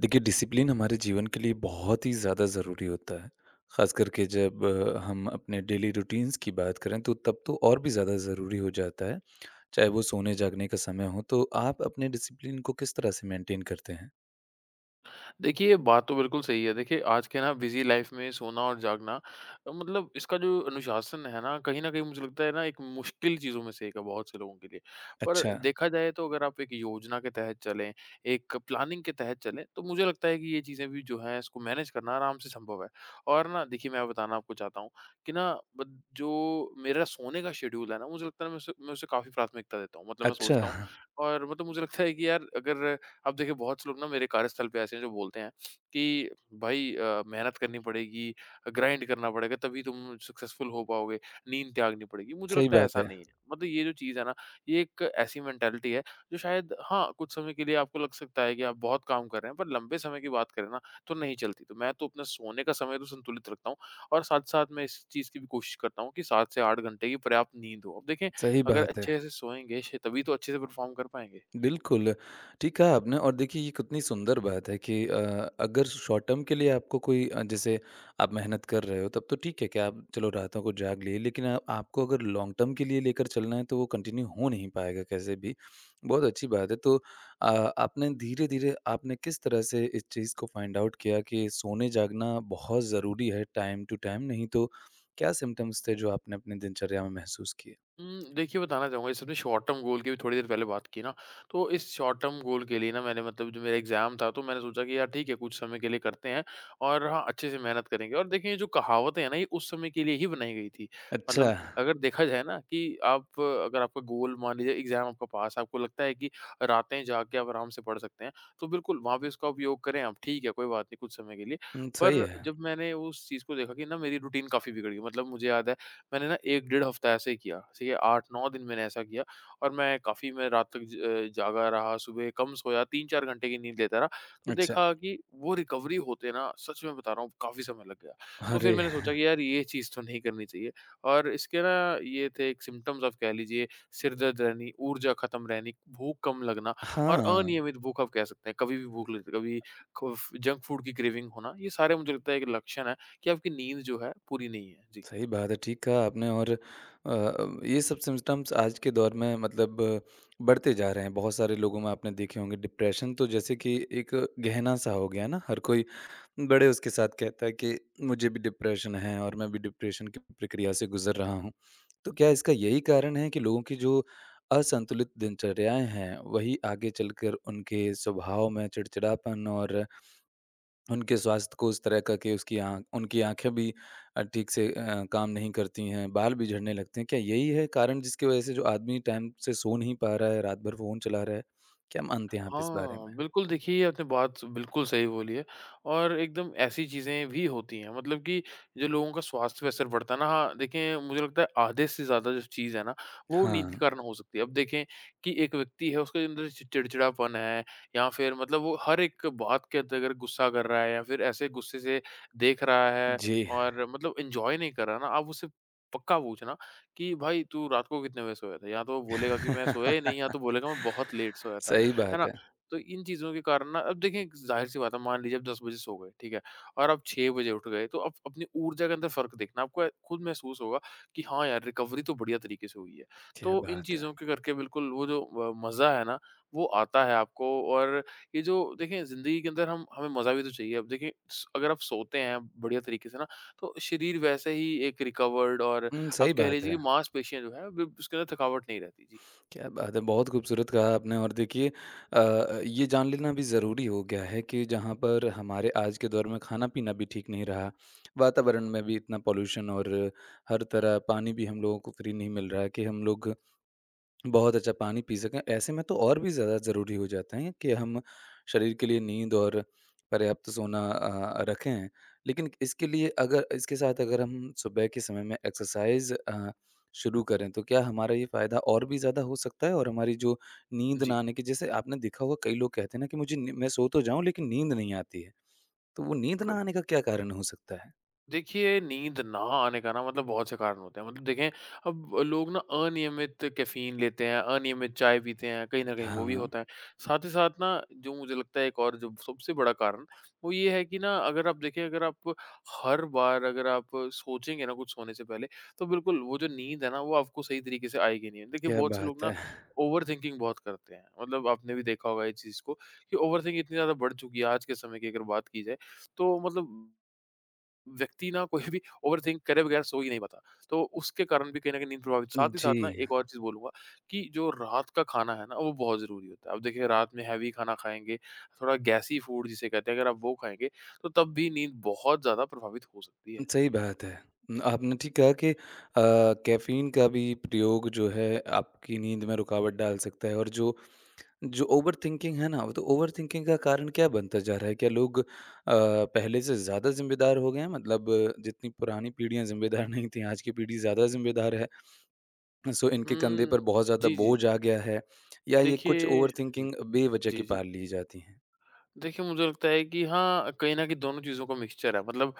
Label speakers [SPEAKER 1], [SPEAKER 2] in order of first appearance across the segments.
[SPEAKER 1] देखिए, डिसिप्लिन हमारे जीवन के लिए बहुत ही ज़्यादा ज़रूरी होता है। ख़ास करके जब हम अपने डेली रूटीन्स की बात करें तो तब तो और भी ज़्यादा ज़रूरी हो जाता है, चाहे वो सोने-जागने का समय हो। तो आप अपने डिसिप्लिन को किस तरह से मेंटेन करते हैं?
[SPEAKER 2] देखिए, ये बात तो बिल्कुल सही है। देखिए, आज के ना बिज़ी लाइफ़ में सोना और जागना मतलब इसका जो अनुशासन है ना, कहीं न कहीं मुझे लगता है ना एक मुश्किल चीज़ों में से एक है बहुत से लोगों के लिए। पर
[SPEAKER 1] अच्छा,
[SPEAKER 2] देखा जाए तो अगर आप एक योजना के तहत चलें, एक प्लानिंग के तहत चलें, तो मुझे लगता है कि ये चीज़ें भी जो हैं इसको मैनेज करना आराम से संभव है। और ना देखिए, मैं बताना आपको चाहता हूँ कि ना बद जो मेरा सोने का शेड्यूल है ना, मुझे लगता है मैं उसे काफ़ी प्राथमिकता देता हूँ। मतलब मैं
[SPEAKER 1] अच्छा,
[SPEAKER 2] सोचता हूँ और मतलब मुझे लगता है कि यार अगर अब देखिए बहुत से लोग ना मेरे कार्यस्थल पे ऐसे हैं जो बोलते हैं कि भाई मेहनत करनी पड़ेगी, ग्राइंड करना पड़ेगा तभी तुम सक्सेसफुल हो पाओगे, नींद त्यागनी पड़ेगी। मुझे
[SPEAKER 1] सही
[SPEAKER 2] लगता है
[SPEAKER 1] बात
[SPEAKER 2] ऐसा
[SPEAKER 1] है,
[SPEAKER 2] नहीं है। मतलब ये जो चीज़ है ना, ये एक ऐसी मेंटालिटी है जो शायद हाँ, कुछ समय के लिए आपको लग सकता है कि आप बहुत काम कर रहे हैं, पर लंबे समय की बात करें ना तो नहीं चलती। तो मैं तो अपना सोने का समय तो संतुलित रखता हूँ और साथ-साथ मैं इस चीज़ की भी कोशिश करता हूँ कि 7 से 8 घंटे की पर्याप्त नींद हो। अब देखें,
[SPEAKER 1] सही
[SPEAKER 2] अगर
[SPEAKER 1] बात है।
[SPEAKER 2] अच्छे से सोएँगे श तभी तो अच्छे से परफॉर्म कर पाएँगे। जी।
[SPEAKER 1] बिल्कुल, ठीक कहा आपने और देखिए ये कितनी सुंदर बात है कि अगर शॉर्ट टर्म के लिए आपको कोई जैसे आप मेहनत कर रहे हो तब तो ठीक है कि आप चलो रातों को जाग लिए, लेकिन आपको अगर लॉन्ग टर्म के लिए लेकर चलना है तो वो कंटिन्यू हो नहीं पाएगा कैसे भी। बहुत अच्छी बात है तो अ, आपने धीरे-धीरे आपने किस तरह से इस चीज़ को फाइंड आउट किया कि सोने जागना बहुत ज़रूरी है टाइम टू टाइम नहीं तो क्या सिम्पटम्स थे जो आपने अपनी दिनचर्या में महसूस किए?
[SPEAKER 2] देखिए, बताना चाहूँगा, इस सबने शॉर्ट टर्म गोल की भी थोड़ी देर पहले बात की ना, तो इस शॉर्ट टर्म गोल के लिए ना मैंने मतलब जो मेरा एग्ज़ाम था, तो मैंने सोचा कि यार ठीक है, कुछ समय के लिए करते हैं और हाँ, अच्छे से मेहनत करेंगे, और देखिए ये जो कहावतें हैं ना, ये उस समय के लिए ही बनाई गई थी।
[SPEAKER 1] अच्छा।
[SPEAKER 2] मतलब अगर देखा जाए ना कि आप अगर आपका गोल, मान लीजिए एग्ज़ाम आपका पास है, आपको लगता है कि रातें जाग के आप आराम से पढ़ सकते हैं, तो बिल्कुल वहाँ पे उसका उपयोग करें आप, ठीक है, कोई बात नहीं कुछ समय के लिए।
[SPEAKER 1] हुँ, सही
[SPEAKER 2] पर
[SPEAKER 1] है।
[SPEAKER 2] जब मैंने उस चीज़ को देखा कि ना मेरी रूटीन काफ़ी बिगड़ गई। मतलब मुझे याद है, मैंने ना 1 डेढ़ हफ्ता ऐसे ही किया, ठीक है? 8-9 दिन मैंने ऐसा किया और मैं रात तक जागा रहा, सुबह कम सोया, 3-4 घंटे की नींद लेता रहा, तो
[SPEAKER 1] अच्छा,
[SPEAKER 2] देखा कि वो रिकवरी होते ना, सच में बता रहा हूँ, काफ़ी समय लग गया। तो फिर
[SPEAKER 1] अरे!
[SPEAKER 2] मैंने सोचा कि यार, ये चीज़ तो नहीं करनी चाहिए। और इसके ना, ये थे एक सिम्पटम्स आप कह लीजिए, सिर दर्द रहनी, ऊर्जा खत्म रहनी, भूख कम लगना और
[SPEAKER 1] हाँ,
[SPEAKER 2] अनियमित भूख आप कह सकते हैं, कभी भी भूख लगती है, कभी ख़ुफ़ जंक फूड की क्रेविंग होना। ये सारे, मुझे लगता है, एक लक्षण है कि आपकी नींद जो है, पूरी नहीं है। जी।
[SPEAKER 1] सही बात है, ठीक कहा आपने और ये सब सिम्पटम्स आज के दौर में मतलब बढ़ते जा रहे हैं, बहुत सारे लोगों में आपने देखे होंगे डिप्रेशन तो जैसे कि एक गहना-सा हो गया ना, हर कोई बड़े उसके साथ कहता है कि मुझे भी डिप्रेशन है और मैं भी डिप्रेशन की प्रक्रिया से गुज़र रहा हूँ। तो क्या इसका यही कारण है कि लोगों की जो असंतुलित दिनचर्याएँ हैं, वही आगे चलकर उनके स्वभाव में चिड़चिड़ापन और उनके स्वास्थ्य को उस तरह का कि उसकी आँख उनकी आँखें भी ठीक से काम नहीं करती हैं, बाल भी झड़ने लगते हैं। क्या यही है कारण जिसकी वजह से जो आदमी टाइम से सो नहीं पा रहा है, रात भर फ़ोन चला रहा है? क्या मानते हैं आप इस बारे में?
[SPEAKER 2] हाँ, बिल्कुल। देखिए, ये आपने बात बिल्कुल सही बोली है, और एकदम ऐसी चीज़ें भी होती हैं, मतलब कि जो लोगों का स्वास्थ्य पे असर पड़ता है ना, हाँ, देखें, मुझे लगता है आधे से ज़्यादा जो चीज़ है ना, वो नींद के
[SPEAKER 1] हाँ,
[SPEAKER 2] कारण हो सकती है। अब देखें कि एक व्यक्ति है, उसके अंदर चि चिड़चिड़ापन है, या फिर मतलब वो हर एक बात के अंदर गुस्सा कर रहा है, या फिर ऐसे गुस्से से देख रहा है
[SPEAKER 1] जी।
[SPEAKER 2] और मतलब एन्जॉय नहीं कर रहा ना, आप उससे पक्का पूछना कि भाई, तू रात को कितने बजे सोया था? या तो वो बोलेगा कि मैं सोया ही नहीं, या तो बोलेगा मैं बहुत लेट सोया था।
[SPEAKER 1] सही
[SPEAKER 2] है
[SPEAKER 1] बात
[SPEAKER 2] ना?
[SPEAKER 1] है।
[SPEAKER 2] तो इन चीज़ों के कारण ना, अब देखें, ज़ाहिर-सी बात है, मान लीजिए आप 10 बजे सो गए, ठीक है? और आप 6 बजे उठ गए, तो आप अपनी ऊर्जा के अंदर फ़र्क देखना, आपको ए खुद महसूस होगा कि हाँ यार, रिकवरी तो बढ़िया तरीके से हुई है।
[SPEAKER 1] क्या
[SPEAKER 2] तो इन
[SPEAKER 1] बात
[SPEAKER 2] चीज़ों
[SPEAKER 1] है!
[SPEAKER 2] के करके बिल्कुल वो जो मज़ा है ना, वो आता है आपको। और ये जो देखें, ज़िंदगी के अंदर हम हमें मज़ा भी तो चाहिए। अब देखें, स अगर आप सोते हैं बढ़िया तरीके से ना, तो शरीर वैसे ही एक रिकवर्ड, और
[SPEAKER 1] हुँ,
[SPEAKER 2] आप
[SPEAKER 1] सही
[SPEAKER 2] कह
[SPEAKER 1] बात
[SPEAKER 2] लीजिए कि
[SPEAKER 1] है।
[SPEAKER 2] मांसपेशियाँ जो हैं, ब उसके अंदर थकावट नहीं रहती। जी।
[SPEAKER 1] क्या बात है! बहुत खूबसूरत कहा आपने और देखिए ये जान लेना भी ज़रूरी हो गया है कि जहाँ पर हमारे आज के दौर में खाना-पीना भी ठीक नहीं रहा, वातावरण में भी इतना पॉल्यूशन और हर तरह पानी भी हम लोगों को फ्री नहीं मिल रहा है कि हम लोग बहुत अच्छा पानी पी सकें। ऐसे में तो और भी ज़्यादा ज़रूरी हो जाता है कि हम शरीर के लिए नींद और पर्याप्त सोना रखें। लेकिन इसके लिए अगर इसके साथ अगर हम सुबह के समय में एक्सरसाइज़ शुरू करें तो क्या हमारा ये फ़ायदा और भी ज़्यादा हो सकता है? और हमारी जो नींद ना
[SPEAKER 2] जी,
[SPEAKER 1] आने की जैसे आपने देखा होगा कई लोग कहते हैं ना कि मुझे नी मैं सो तो जाऊँ लेकिन नींद नहीं आती है। तो वो नींद
[SPEAKER 2] बिल्कुल।
[SPEAKER 1] ना आने का क्या कारण हो सकता है?
[SPEAKER 2] देखिए, नींद ना आने का ना, मतलब बहुत से कारण होते हैं। मतलब देखें, अब लोग ना अनियमित कैफ़ीन लेते हैं, अनियमित चाय पीते हैं, कहीं न कहीं वो भी
[SPEAKER 1] हाँ,
[SPEAKER 2] होता है। साथ ही साथ ना, जो मुझे लगता है एक और जो सबसे बड़ा कारण, वो ये है कि ना, अगर आप देखें, अगर आप हर बार अगर आप सोचेंगे ना कुछ सोने से पहले, तो बिल्कुल वो जो नींद है ना, वो आपको सही तरीके से आएगी नहीं। देखिए,
[SPEAKER 1] क्या
[SPEAKER 2] बहुत से
[SPEAKER 1] बात
[SPEAKER 2] लोग ना
[SPEAKER 1] है!
[SPEAKER 2] ओवरथिंकिंग बहुत करते हैं। मतलब आपने भी देखा होगा इस चीज़ को कि ओवरथिंक इतनी ज़्यादा बढ़ चुकी है, आज के समय की अगर बात की जाए, तो मतलब व्यक्ति ना कोई भी ओवरथिंक करे बगैर सो ही नहीं पाता। तो उसके कारण भी कहीं न कहीं नींद प्रभावित। साथ ही
[SPEAKER 1] जी।
[SPEAKER 2] साथ ना, एक और चीज़ बोलूँगा कि जो रात का खाना है ना, वो बहुत ज़रूरी होता है। अब देखिए, रात में हेवी खाना खाएँगे, थोड़ा गैसी फूड जिसे कहते हैं, अगर आप वो खाएँगे, तो तब भी नींद बहुत ज़्यादा प्रभावित हो सकती है।
[SPEAKER 1] सही
[SPEAKER 2] जी।
[SPEAKER 1] बात है। आपने ठीक कहा कि कैफ़ीन का भी प्रयोग जो है आपकी नींद में रुकावट डाल सकता है और जो जो ओवरथिंकिंग है ना, वो तो ओवरथिंकिंग का कारण क्या बनता जा रहा है? क्या लोग पहले से ज़्यादा ज़िम्मेदार हो गए हैं? मतलब जितनी पुरानी पीढ़ियाँ ज़िम्मेदार नहीं थीं, आज की पीढ़ी ज़्यादा ज़िम्मेदार है। सो इनके कंधे पर
[SPEAKER 2] हुँ।
[SPEAKER 1] बहुत ज़्यादा
[SPEAKER 2] जी, जी,
[SPEAKER 1] बोझ
[SPEAKER 2] जी।
[SPEAKER 1] आ गया है या ये कुछ
[SPEAKER 2] देखिए। हुँ,
[SPEAKER 1] ओवरथिंकिंग
[SPEAKER 2] हुँ।
[SPEAKER 1] बेवजह की
[SPEAKER 2] जी, जी।
[SPEAKER 1] पाल ली जाती हैं।
[SPEAKER 2] देखिए, मुझे लगता है कि हाँ, कहीं न कहीं दोनों चीज़ों का मिक्सचर है। मतलब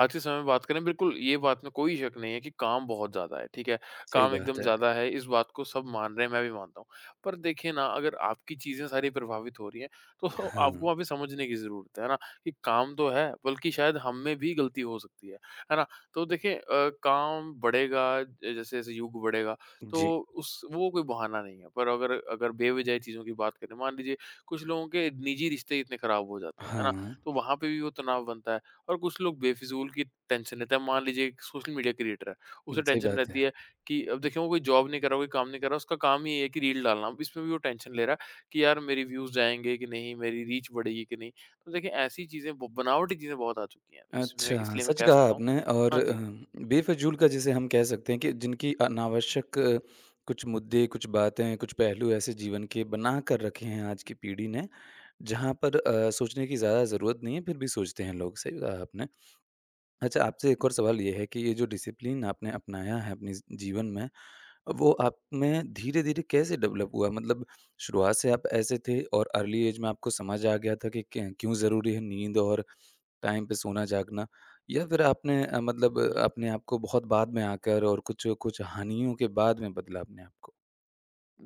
[SPEAKER 2] आज के समय में बात करें, बिल्कुल ये बात में कोई शक नहीं है कि काम बहुत ज़्यादा है, ठीक है?
[SPEAKER 1] सही
[SPEAKER 2] काम
[SPEAKER 1] बात
[SPEAKER 2] एकदम
[SPEAKER 1] है।
[SPEAKER 2] ज़्यादा है, इस बात को सब मान रहे हैं, मैं भी मानता हूँ। पर देखिए ना, अगर आपकी चीज़ें सारी प्रभावित हो रही हैं, तो आपको
[SPEAKER 1] हाँ।
[SPEAKER 2] वहाँ पे समझने की ज़रूरत है ना? कि काम तो है, बल्कि शायद हम में भी गलती हो सकती है ना? तो देखिए, काम बढ़ेगा, ज जैसे-जैसे युग बढ़ेगा, तो
[SPEAKER 1] जी।
[SPEAKER 2] उस वो कोई बहाना नहीं है। पर अगर अगर बेवज़ाह चीज़ों की बात करें, मान लीजिए कुछ लोगों के निजी रिश्ते इतने खराब हो जाते हैं, है ना?
[SPEAKER 1] हाँ।
[SPEAKER 2] तो वहाँ पे भी वो तनाव बनता है, और कुछ लोग बेफिज़ूल की टेंशन लेते हैं। मान लीजिए एक सोशल मीडिया क्रिएटर है, उसे
[SPEAKER 1] सही
[SPEAKER 2] टेंशन
[SPEAKER 1] बात
[SPEAKER 2] रहती
[SPEAKER 1] है।
[SPEAKER 2] है कि अब देखिए, वो कोई जॉब नहीं कर रहा, कोई काम नहीं कर रहा, उसका काम ही ये है कि रील डालना। अब इसमें भी वो टेंशन ले रहा है कि यार, मेरे व्यूज़ जाएँगे कि नहीं, मेरी रीच बढ़ेगी कि नहीं? तो देखिए, ऐसी चीज़ें ब बनावटी चीज़ें बहुत आ चुकी हैं। इसमें
[SPEAKER 1] अच्छा,
[SPEAKER 2] इसलिए मैं
[SPEAKER 1] सच
[SPEAKER 2] कह
[SPEAKER 1] कहा
[SPEAKER 2] सकता हूँ।
[SPEAKER 1] आपने और
[SPEAKER 2] हाँ जी।
[SPEAKER 1] बेफिजूल का जिसे हम कह सकते हैं कि जिनकी अनावश्यक कुछ मुद्दे, कुछ बातें, कुछ पहलू ऐसे जीवन के बना कर रखे हैं आज की पीढ़ी ने, जहाँ पर सोचने की ज़्यादा ज़रूरत नहीं है, फिर भी सोचते हैं लोग, सही कहा आपने। अच्छा, आपसे एक और सवाल ये है कि ये जो डिसिप्लिन आपने अपनाया है अपने ज़ जीवन में, वो आप में धीरे-धीरे कैसे डेवलप हुआ? मतलब शुरुआत से आप ऐसे थे और अर्ली ऐज में आपको समझ आ गया था कि क क्यों ज़रूरी है नींद और टाइम पे सोना-जागना या फिर आपने मतलब
[SPEAKER 2] हुँ, हुँ।
[SPEAKER 1] अपने आप को बहुत बाद में आकर और कुछ कुछ हानियों के बाद में बदला अपने आप को?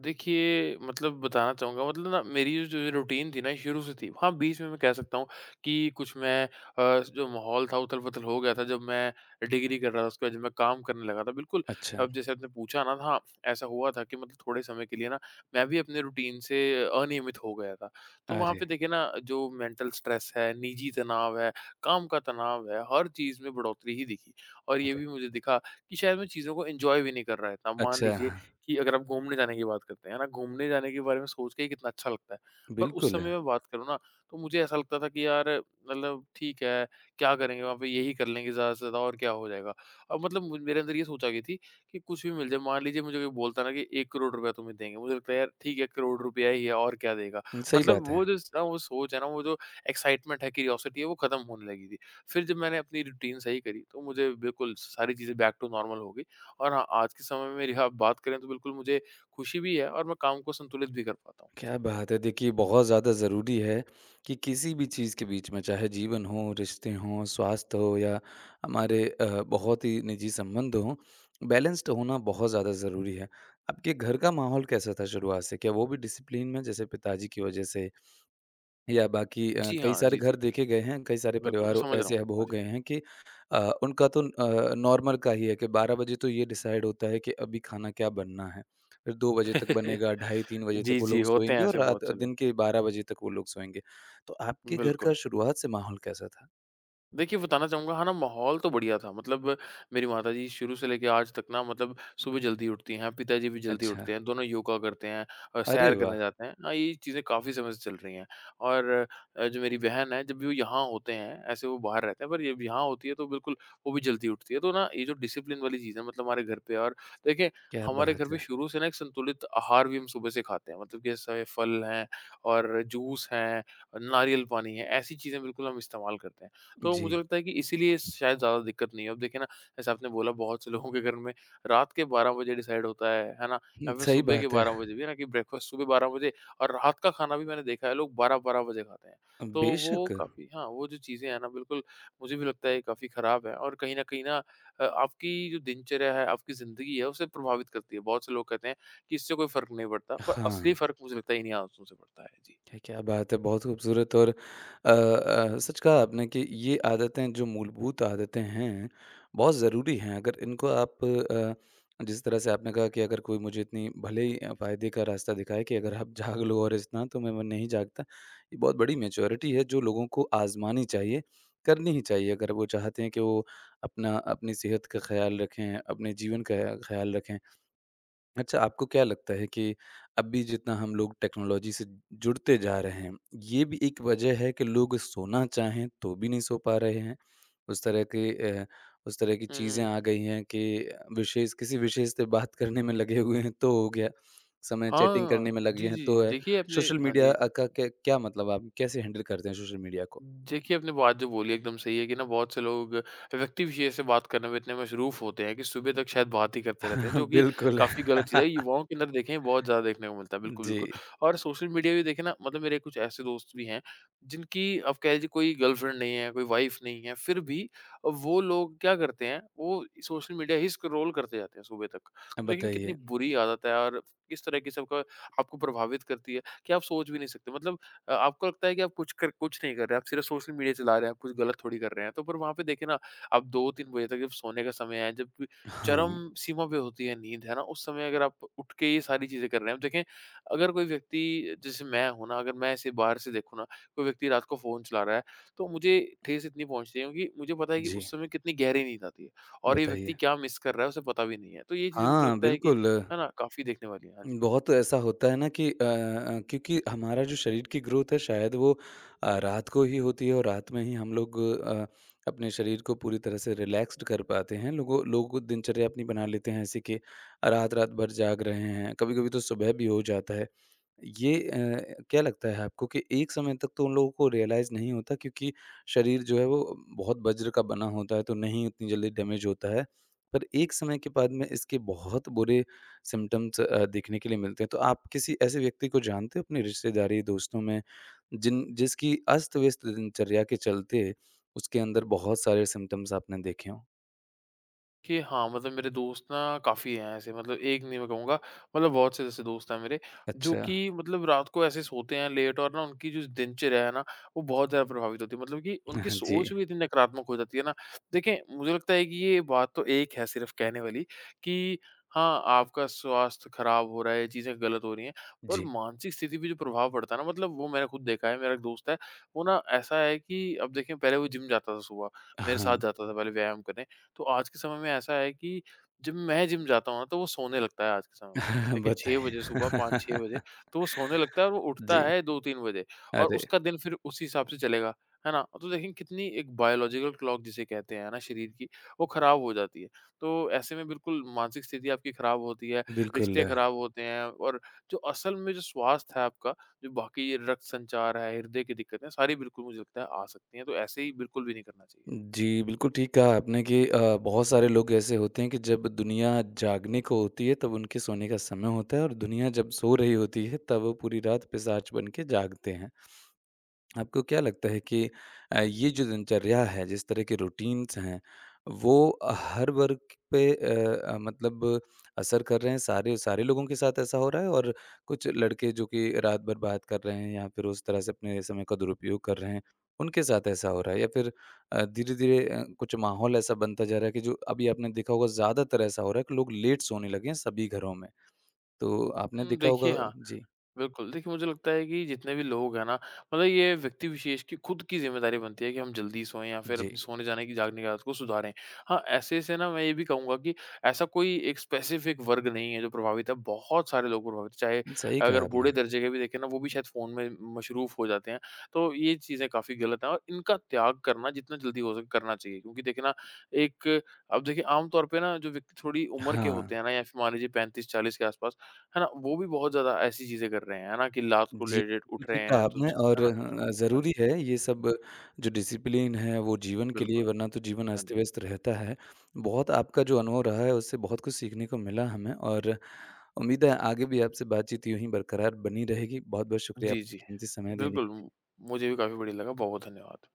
[SPEAKER 2] देखिए, मतलब बताना चाहूँगा, मतलब ना मेरी जो जो रूटीन थी ना, शुरू से थी। हाँ, बीच में मैं कह सकता हूँ कि कुछ मैं जो माहौल था, उथल-पुथल हो गया था, जब मैं डिग्री कर रहा था, उसके बाद जब मैं काम करने लगा था। बिल्कुल।
[SPEAKER 1] अच्छा।
[SPEAKER 2] अब जैसे आपने पूछा ना, हाँ, ऐसा हुआ था कि मतलब थोड़े समय के लिए ना, मैं भी अपने रूटीन से अनियमित हो गया था। तो वहाँ
[SPEAKER 1] अरे!
[SPEAKER 2] पे देखिए ना, जो मेंटल स्ट्रेस है, निजी तनाव है, काम का तनाव है, हर चीज़ में बढ़ोतरी ही दिखी। और ये
[SPEAKER 1] अरे!
[SPEAKER 2] भी मुझे दिखा कि शायद मैं चीज़ों को एन्जॉय भी नहीं कर रहा था। मान
[SPEAKER 1] अच्छा।
[SPEAKER 2] लीजिए
[SPEAKER 1] हाँ।
[SPEAKER 2] कि अगर आप घूमने जाने की बात करते हैं ना, घूमने जाने के बारे में सोच के ही कितना अच्छा लगता है। पर उस
[SPEAKER 1] बिल्कुल।
[SPEAKER 2] समय मैं बात करूँ ना, तो मुझे ऐसा लगता था कि यार, मतलब ठीक है, क्या करेंगे वहाँ पे, यही कर लेंगे ज़्यादा से ज़्यादा और क्या हो जाएगा। अब मतलब मु मेरे अंदर ये सोच आ गई थी कि कुछ भी मिल जाए, मान लीजिए मुझे कोई बोलता ना कि 1 करोड़ रुपया तुम्हें देंगे, मुझे लगता है यार ठीक है, करोड़ रुपया ही है, और क्या देगा।
[SPEAKER 1] सही
[SPEAKER 2] मतलब
[SPEAKER 1] बात है।
[SPEAKER 2] वो जो स ना वो सोच है ना, वो जो एक्साइटमेंट है, क्यूरियोसिटी है, वो खत्म होने लगी थी। फिर जब मैंने अपनी रूटीन सही करी, तो मुझे बिल्कुल सारी चीज़ें बैक टू नॉर्मल हो गई। और हाँ, आज के समय में रिहा बात करें, तो बिल्कुल मुझे खुशी भी है और मैं काम को संतुलित भी कर पाता हूँ।
[SPEAKER 1] क्या
[SPEAKER 2] जी।
[SPEAKER 1] बात है! देखिए बहुत ज़्यादा ज़रूरी है कि किसी भी चीज़ के बीच में चाहे जीवन हो, रिश्ते हों, स्वास्थ्य हो या हमारे बहुत ही निजी संबंध हों, बैलेंस्ड होना बहुत ज़्यादा ज़रूरी है। आपके घर का माहौल कैसा था शुरुआत से? क्या वो भी डिसिप्लिन में जैसे पिताजी की वजह से या बाकी
[SPEAKER 2] जी
[SPEAKER 1] कई
[SPEAKER 2] हाँ,
[SPEAKER 1] सारे
[SPEAKER 2] जी, जी।
[SPEAKER 1] घर देखे गए हैं, कई सारे
[SPEAKER 2] बिल्कुल, मैं
[SPEAKER 1] परिवार
[SPEAKER 2] समझ रहा हूँ।
[SPEAKER 1] ऐसे अब
[SPEAKER 2] हाँ
[SPEAKER 1] हो
[SPEAKER 2] जी।
[SPEAKER 1] गए हैं कि उनका तो नॉर्मल का ही है कि 12 बजे तो ये डिसाइड होता है कि अभी खाना क्या बनना है। फिर 2 बजे तक बनेगा, ढाई 3 बजे तक
[SPEAKER 2] जी,
[SPEAKER 1] वो
[SPEAKER 2] जी,
[SPEAKER 1] लोग
[SPEAKER 2] होते हैं
[SPEAKER 1] सोएँगे और
[SPEAKER 2] ऐसे
[SPEAKER 1] रात
[SPEAKER 2] बहुत से लोग।
[SPEAKER 1] दिन के 12 बजे तक वो लोग सोएँगे। तो आपके घर
[SPEAKER 2] बिल्कुल।
[SPEAKER 1] का शुरुआत से माहौल कैसा था?
[SPEAKER 2] देखिए, बताना चाहूँगा, हाँ ना, माहौल तो बढ़िया था। मतलब मेरी माताजी शुरू से लेके आज तक ना, मतलब सुबह जल्दी उठती हैं, पिताजी भी जल्दी
[SPEAKER 1] अच्छा।
[SPEAKER 2] उठते हैं, दोनों योगा करते हैं और
[SPEAKER 1] अरे
[SPEAKER 2] सैर
[SPEAKER 1] वाह!
[SPEAKER 2] करने जाते हैं। हाँ, ये चीज़ें काफ़ी समय से चल रही हैं। और जो मेरी बहन है, जब भी वो यहाँ होते हैं, ऐसे वो बाहर रहते हैं, पर जब यहाँ होती है, तो बिल्कुल वो भी जल्दी उठती है। तो ना, ये जो डिसिप्लिन वाली चीज़ है, मतलब हमारे घर पे, और देखिए,
[SPEAKER 1] क्या
[SPEAKER 2] हमारे घर
[SPEAKER 1] बात
[SPEAKER 2] पे
[SPEAKER 1] है।
[SPEAKER 2] शुरू से ना एक संतुलित आहार भी हम सुबह से खाते हैं। मतलब कि ऐसे फल हैं और जूस हैं, नारियल पानी है, ऐसी चीज़ें बिल्कुल हम इस्तेमाल करते हैं। तो
[SPEAKER 1] जी।
[SPEAKER 2] मुझे लगता है कि इसीलिए शायद ज़्यादा दिक्कत नहीं है। अब देखिए ना, जैसे आपने बोला बहुत से लोगों के घर में रात के 12 बजे डिसाइड होता है ना?
[SPEAKER 1] हुँ,
[SPEAKER 2] या फिर
[SPEAKER 1] सही
[SPEAKER 2] सुबह के
[SPEAKER 1] बात है।
[SPEAKER 2] 12 बजे भी है ना कि ब्रेकफ़ास्ट सुबह 12 बजे और रात का खाना भी मैंने देखा है लोग 12-12 बजे खाते हैं। तो वो
[SPEAKER 1] बेशक।
[SPEAKER 2] काफ़ी हाँ, वो जो चीज़ें हैं ना बिल्कुल मुझे भी लगता है काफ़ी ख़राब है और कहीं न कहीं ना आपकी जो दिनचर्या है, आपकी ज़िंदगी है उसे प्रभावित करती है। बहुत से लोग कहते हैं कि इससे कोई फ़र्क नहीं पड़ता, पर
[SPEAKER 1] हाँ।
[SPEAKER 2] असली फ़र्क मुझे लगता है इन्हीं आदतों से पड़ता है। जी।
[SPEAKER 1] क्या क्या बात है! बहुत खूबसूरत और सच कहा आपने कि ये आदतें जो मूलभूत आदतें हैं, बहुत ज़रूरी हैं। अगर इनको आप जिस तरह से आपने कहा कि अगर कोई मुझे इतनी भले ही फ़ायदे का रास्ता दिखाए कि अगर आप जाग लो और इतना तो मैं नहीं जागता। ये बहुत बड़ी मैच्योरिटी है जो लोगों को आज़मानी चाहिए, करनी ही चाहिए अगर वो चाहते हैं कि वो अपना अपनी सेहत का ख़्याल रखें, अपने जीवन का ख़्याल रखें। अच्छा, आपको क्या लगता है कि अभी जितना हम लोग टेक्नोलॉजी से जुड़ते जा रहे हैं, ये भी एक वजह है कि लोग सोना चाहें, तो भी नहीं सो पा रहे हैं? उस तरह के अ, उस तरह की
[SPEAKER 2] हुँ,
[SPEAKER 1] चीज़ें आ
[SPEAKER 2] हुँ।
[SPEAKER 1] गई हैं कि विशेष किसी विषय से बात करने में लगे हुए हैं, तो हो गया। समय चैटिंग करने
[SPEAKER 2] हाँ।
[SPEAKER 1] में
[SPEAKER 2] जी,
[SPEAKER 1] लगे हैं,
[SPEAKER 2] जी।
[SPEAKER 1] तो है।
[SPEAKER 2] देखिए अपने
[SPEAKER 1] सोशल
[SPEAKER 2] हाँ
[SPEAKER 1] मीडिया
[SPEAKER 2] जी।
[SPEAKER 1] का क्या क्या मतलब आप कैसे हैंडल करते हैं सोशल मीडिया को?
[SPEAKER 2] देखिए, आपने बात जो बोली एकदम सही है कि ना बहुत से लोग व्यक्ति विशेष से बात करने में इतने मशरूफ़ होते हैं कि सुबह तक शायद बात ही करते रहते हैं, जो कि
[SPEAKER 1] बिल्कुल।
[SPEAKER 2] काफ़ी गलत चीज़ है। युवाओं के अंदर देखें बहुत ज़्यादा देखने को मिलता है, बिल्कुल,
[SPEAKER 1] जी,
[SPEAKER 2] बिल्कुल। और सोशल मीडिया भी देखें ना मतलब मेरे कुछ ऐसे दोस्त भी हैं जिनकी आप कह लीजिए कोई गर्लफ्रेंड नहीं है, कोई वाइफ़ नहीं है, फिर भी वो लोग क्या करते हैं, वो सोशल मीडिया ही स्क्रॉल करते जाते हैं सुबह तक। तो देखिए कितनी
[SPEAKER 1] बताइए।
[SPEAKER 2] बुरी आदत है और किस तरह की सबका आपको प्रभावित करती है कि आप सोच भी नहीं सकते। मतलब आपको लगता है कि आप कुछ नहीं कर रहे हैं, आप सिर्फ सोशल मीडिया चला रहे हैं, आप कुछ गलत थोड़ी कर रहे हैं। तो पर वहाँ पे देखिए ना, आप 2-3 बजे तक जब सोने का समय है, जब
[SPEAKER 1] हाँ,
[SPEAKER 2] चरम सीमा पे होती है नींद, है ना? उस समय अगर आप उठ के ये सारी चीज़ें कर रहे हैं, अब देखें अगर कोई व्यक्ति जैसे मैं हूँ ना, अगर मैं ऐसे बाहर से देखूँ ना, कोई व्यक्ति रात को फ़ोन चला रहा है, तो मुझे ठेस इतनी पहुँचती है क्योंकि मुझे पता है कि
[SPEAKER 1] जी,
[SPEAKER 2] उस समय कितनी गहरी नींद आती है और ये व्यक्ति
[SPEAKER 1] बताइए।
[SPEAKER 2] क्या मिस कर रहा है, उसे पता भी नहीं है। तो ये चीज़ें मुझे
[SPEAKER 1] हाँ,
[SPEAKER 2] लगता है कि
[SPEAKER 1] बिल्कुल।
[SPEAKER 2] है ना, काफ़ी देखने वाली है। हाँ जी।
[SPEAKER 1] बहुत ऐसा होता है ना कि क्योंकि हमारा जो शरीर की ग्रोथ है शायद वो रात को ही होती है और रात में ही हम लोग अपने शरीर को पूरी तरह से रिलैक्स्ड कर पाते हैं। लोग दिनचर्या अपनी बना लेते हैं ऐसे कि रात-रात भर जाग रहे हैं, कभी-कभी तो सुबह भी हो जाता है। ये क्या लगता है आपको कि एक समय तक तो उन लोगों को रियलाइज़ नहीं होता क्योंकि शरीर जो है वो बहुत वज्र का बना होता है तो नहीं उतनी जल्दी डैमेज होता है। पर एक समय के बाद में इसके बहुत बुरे सिम्पटम्स देखने के लिए मिलते हैं। तो आप किसी ऐसे व्यक्ति को जानते हो अपनी रिश्तेदारी, दोस्तों में जिन जिसकी अस्त-व्यस्त दिनचर्या के चलते उसके अंदर बहुत सारे सिम्पटम्स आपने देखे हों?
[SPEAKER 2] कि हाँ, मतलब मेरे दोस्त ना काफ़ी हैं ऐसे मतलब एक नहीं मैं कहूँगा, मतलब बहुत से जैसे दोस्त हैं मेरे, जो
[SPEAKER 1] अच्छा।
[SPEAKER 2] कि मतलब रात को ऐसे सोते हैं लेट और ना उनकी जो दिनचर्या है ना, वो बहुत ज़्यादा प्रभावित होती है। मतलब कि उनकी
[SPEAKER 1] जी,
[SPEAKER 2] सोच भी इतनी नकारात्मक हो जाती है ना, देखें मुझे लगता है कि ये बात तो एक है सिर्फ़ कहने वाली कि हाँ, आपका स्वास्थ्य खराब हो रहा है, चीज़ें गलत हो रही हैं, पर
[SPEAKER 1] जी।
[SPEAKER 2] मानसिक स्थिति पे जो प्रभाव पड़ता है ना मतलब वो मैंने खुद देखा है, मेरा एक दोस्त है, वो ना ऐसा है कि अब देखें पहले वो जिम जाता था सुबह, मेरे साथ
[SPEAKER 1] हाँ।
[SPEAKER 2] जाता था पहले व्यायाम करने। तो आज के समय में ऐसा है कि जब मैं जिम जाता हूँ ना तो वो सोने लगता है आज के समय में। देखिए 6
[SPEAKER 1] बताइए।
[SPEAKER 2] बजे सुबह 5-6 बजे तो वो सोने लगता है और वो उठता
[SPEAKER 1] जी।
[SPEAKER 2] है 2-3 बजे और
[SPEAKER 1] अरे!
[SPEAKER 2] उसका दिन फिर उसी हिसाब से चलेगा, है ना? तो देखें कितनी एक बायोलॉजिकल क्लॉक जिसे कहते हैं ना शरीर की, वो खराब हो जाती है। तो ऐसे में बिल्कुल मानसिक स्थिति आपकी खराब होती है,
[SPEAKER 1] बिल्कुल।
[SPEAKER 2] रिश्ते खराब होते हैं और जो असल में जो स्वास्थ्य है आपका, जो बाकी ये रक्त संचार है, हृदय की दिक्कतें, सारी बिल्कुल मुझे लगता है आ सकती हैं। तो ऐसे ही बिल्कुल भी नहीं करना चाहिए।
[SPEAKER 1] जी, बिल्कुल ठीक कहा आपने कि बहुत सारे लोग ऐसे होते हैं कि जब दुनिया जागने को होती है तब उनके सोने का समय होता है और दुनिया जब सो रही होती है तब वो पूरी रात पिशाच बन के जागते हैं। आपको क्या लगता है कि ये जो दिनचर्या है, जिस तरह के रूटीन्स हैं, वो हर वर्ग पे मतलब असर कर रहे हैं? सारे सारे लोगों के साथ ऐसा हो रहा है और कुछ लड़के जो कि रात भर बात कर रहे हैं या फिर उस तरह से अपने समय का दुरुपयोग कर रहे हैं, उनके साथ ऐसा हो रहा है? या फिर धीरे-धीरे कुछ माहौल ऐसा बनता जा रहा है कि जो अभी आपने देखा होगा ज़्यादातर ऐसा हो रहा है कि लोग लेट सोने लगे हैं सभी घरों में। तो आपने देखा होगा
[SPEAKER 2] देखिए हाँ,
[SPEAKER 1] जी,
[SPEAKER 2] बिल्कुल, देखिए मुझे लगता है कि जितने भी लोग हैं ना, मतलब ये व्यक्ति विशेष की खुद की ज़िम्मेदारी बनती है कि हम जल्दी सोएँ या फिर
[SPEAKER 1] जी।
[SPEAKER 2] अपनी सोने जाने की जागने की आदत को सुधारें। हाँ, ऐसे से ना मैं ये भी कहूँगा कि ऐसा कोई एक स्पेसिफ़िक वर्ग नहीं है जो प्रभावित है, बहुत सारे लोग प्रभावित हैं। चाहे
[SPEAKER 1] सही
[SPEAKER 2] अगर
[SPEAKER 1] कहा आपने।
[SPEAKER 2] बूढ़े दर्जे के भी देखें ना, वो भी शायद फ़ोन में मशरूफ़ हो जाते हैं, तो ये चीज़ें काफ़ी गलत हैं और इनका त्याग करना जितना जल्दी हो सके करना चाहिए। क्योंकि देखिए ना, एक अब देखिए आम तौर पे ना जो व्यक्ति थोड़ी उम्र के
[SPEAKER 1] हाँ।
[SPEAKER 2] होते हैं ना या फिर मान लीजिए 35-40 के आस-पास है ना? वो भी बहुत ज़्यादा ऐसी चीज़ें कर रहे हैं, है ना? कि रात को
[SPEAKER 1] जी,
[SPEAKER 2] लेट-लेट
[SPEAKER 1] बिल्कुल
[SPEAKER 2] उठ रहे
[SPEAKER 1] ठीक कहा
[SPEAKER 2] हैं तो
[SPEAKER 1] आपने
[SPEAKER 2] ज है
[SPEAKER 1] और
[SPEAKER 2] ना?
[SPEAKER 1] हाँ,
[SPEAKER 2] हाँ
[SPEAKER 1] ज़रूरी
[SPEAKER 2] जी।
[SPEAKER 1] है ये सब जो डिसिप्लिन है वो जीवन के लिए
[SPEAKER 2] बिल्कुल,
[SPEAKER 1] वरना तो जीवन
[SPEAKER 2] हाँ जी।
[SPEAKER 1] अस्त-व्यस्त रहता है। बहुत आपका जो अनुभव रहा है उससे बहुत कुछ सीखने को मिला हमें और उम्मीद है आगे भी आपसे बातचीत यूँ ही बरकरार बनी रहेगी। बहुत-बहुत शुक्रिया
[SPEAKER 2] जी, जी।
[SPEAKER 1] आपका कीमती समय देने
[SPEAKER 2] बिल्कुल,
[SPEAKER 1] के लिए।
[SPEAKER 2] मुझे भी काफ़ी बढ़िया लगा, बहुत-बहुत धन्यवाद।